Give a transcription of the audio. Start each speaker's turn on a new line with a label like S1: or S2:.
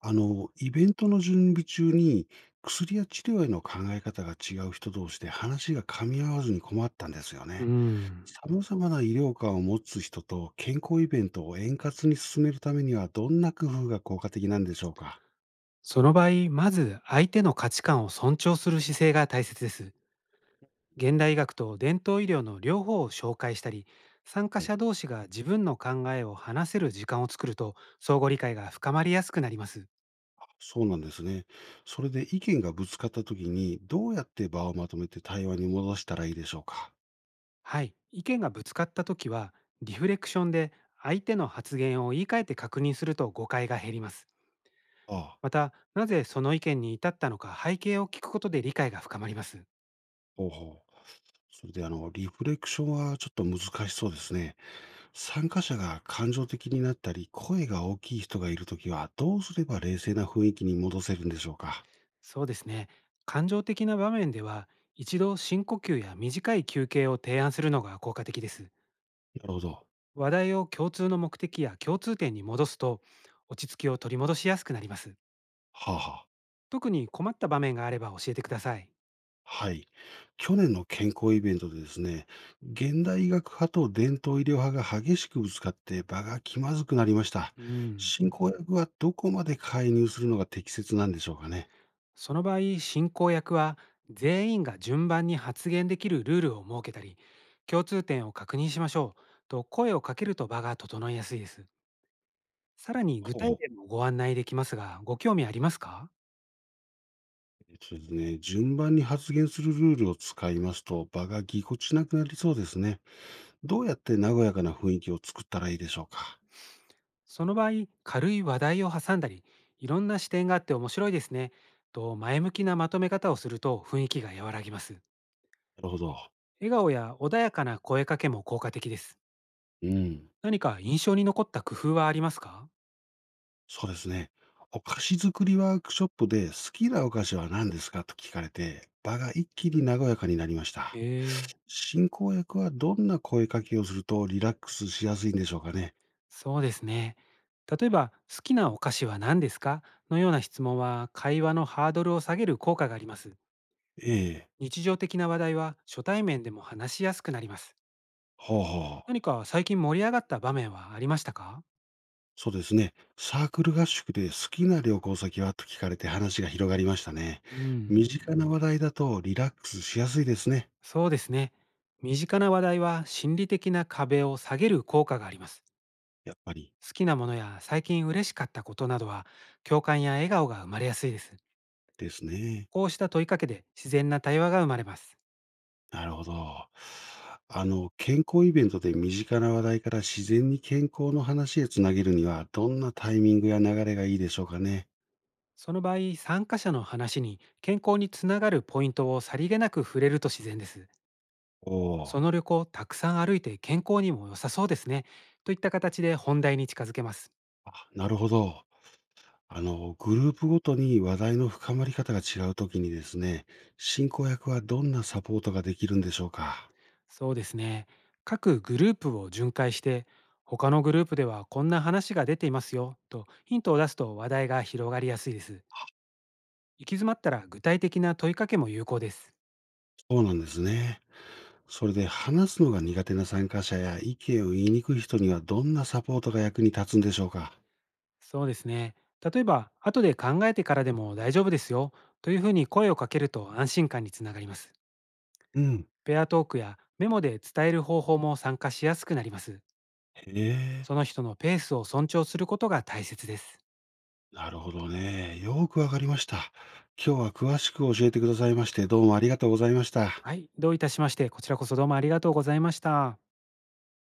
S1: イベントの準備中に、薬や治療への考え方が違う人同士で話が噛み合わずに困ったんですよ
S2: うー
S1: ね。
S2: ん。
S1: 様々な医療観を持つ人と健康イベントを円滑に進めるためには、どんな工夫が効果的なんでしょうか？
S2: その場合、まず相手の価値観を尊重する姿勢が大切です。現代医学と伝統医療の両方を紹介したり、参加
S1: はい。
S2: 者同士が自分の考えを話せる時間を作ると、相互理解が深まりやすくなります。
S1: そうなんですね。それで意見がぶつかった時に、どうやって場をまとめて対話に戻したらいいでしょうか？
S2: はい。意見がぶつかった時は、リフレクションで相手の発言を言い換えて確認すると誤解が減ります。
S1: ああ、
S2: また、なぜその意見に至ったのか背景を聞くことで理解が深まります。
S1: ほうほう。それでリフレクションはちょっと難しそうですね。参加者が感情的になったり、声が大きい人がいるときは、どうすれば冷静な雰囲気に戻せるんでしょうか。
S2: そうですね。感情的な場面では、一度深呼吸や短い休憩を提案するのが効果的です。
S1: なるほど。
S2: 話題を共通の目的や共通点に戻すと、落ち着きを取り戻しやすくなります。
S1: はあ、はあ。
S2: 特に困った場面があれば教えてください。
S1: はい。去年の健康イベントでですね、現代医学派と伝統医療派が激しくぶつかって場が気まずくなりました。
S2: うん。
S1: 進行役はどこまで介入するのが適切なんでしょうかね。
S2: その場合、進行役は全員が順番に発言できるルールを設けたり、共通点を確認しましょうと声をかけると場が整いやすいです。さらに具
S1: ほう
S2: 体
S1: ほう。
S2: 例もご案内できますが、ご興味ありますか？
S1: えっとですね、順番に発言するルールを使いますと、場がぎこちなくなりそうですね。どうやって和やかな雰囲気を作ったらいいでしょうか？
S2: その場合、軽い話題を挟んだり、いろんな視点があって面白いですね。と前向きなまとめ方をすると雰囲気が和らぎます。
S1: なるほど。
S2: 笑顔や穏やかな声かけも効果的です。
S1: うん。
S2: 何か印象に残った工夫はありますか？
S1: そうですね。お菓子作りワークショップで、好きなお菓子は何ですかと聞かれて、場が一気に和やかになりまし
S2: へ
S1: た。
S2: え、
S1: 進行役はどんな声かけをするとリラックスしやすいんでしょうかね？
S2: そうですね。例えば、好きなお菓子は何ですかのような質問は会話のハードルを下げる効果があります。
S1: ええ。
S2: 日常的な話題は初対面でも話しやすくなります。
S1: ほうほう。
S2: 何か最近盛り上がった場面はありましたか？
S1: そうですね。サークル合宿で好きな旅行先はと聞かれて話が広がりましたね。
S2: うん。
S1: 身近な話題だとリラックスしやすいですね。
S2: そうですね。身近な話題は心理的な壁を下げる効果があります。
S1: やっぱり。
S2: 好きなものや最近嬉しかったことなどは共感や笑顔が生まれやすいです。
S1: ですね。
S2: こうした問いかけで自然な対話が生まれます。
S1: なるほど。健康イベントで身近な話題から自然に健康の話へつなげるには、どんなタイミングや流れがいいでしょうかね。
S2: その場合、参加者の話に健康につながるポイントをさりげなく触れると自然です。
S1: おお、
S2: その旅行、たくさん歩いて健康にも良さそうですね。といった形で本題に近づけます。
S1: あ、なるほど。グループごとに話題の深まり方が違うときにですね、進行役はどんなサポートができるんでしょうか。
S2: そうですね。各グループを巡回して、他のグループではこんな話が出ていますよとヒントを出すと話題が広がりやすいです。行き詰まったら具体的な問いかけも有効です。
S1: そうなんですね。それで話すのが苦手な参加者や意見を言いにくい人にはどんなサポートが役に立つんでしょうか。
S2: そうですね。例えば、後で考えてからでも大丈夫ですよというふうに声をかけると安心感につながります。
S1: うん。
S2: ペアトークやメモで伝える方法も参加しやすくなります。
S1: へ
S2: そ
S1: え。
S2: の人のペースを尊重することが大切です。
S1: なるほどね。よーくわかりました。今日は詳しく教えてくださいまして、どうもありがとうございました。
S2: はい、どういたしまして、こちらこそどうもありがとうございました。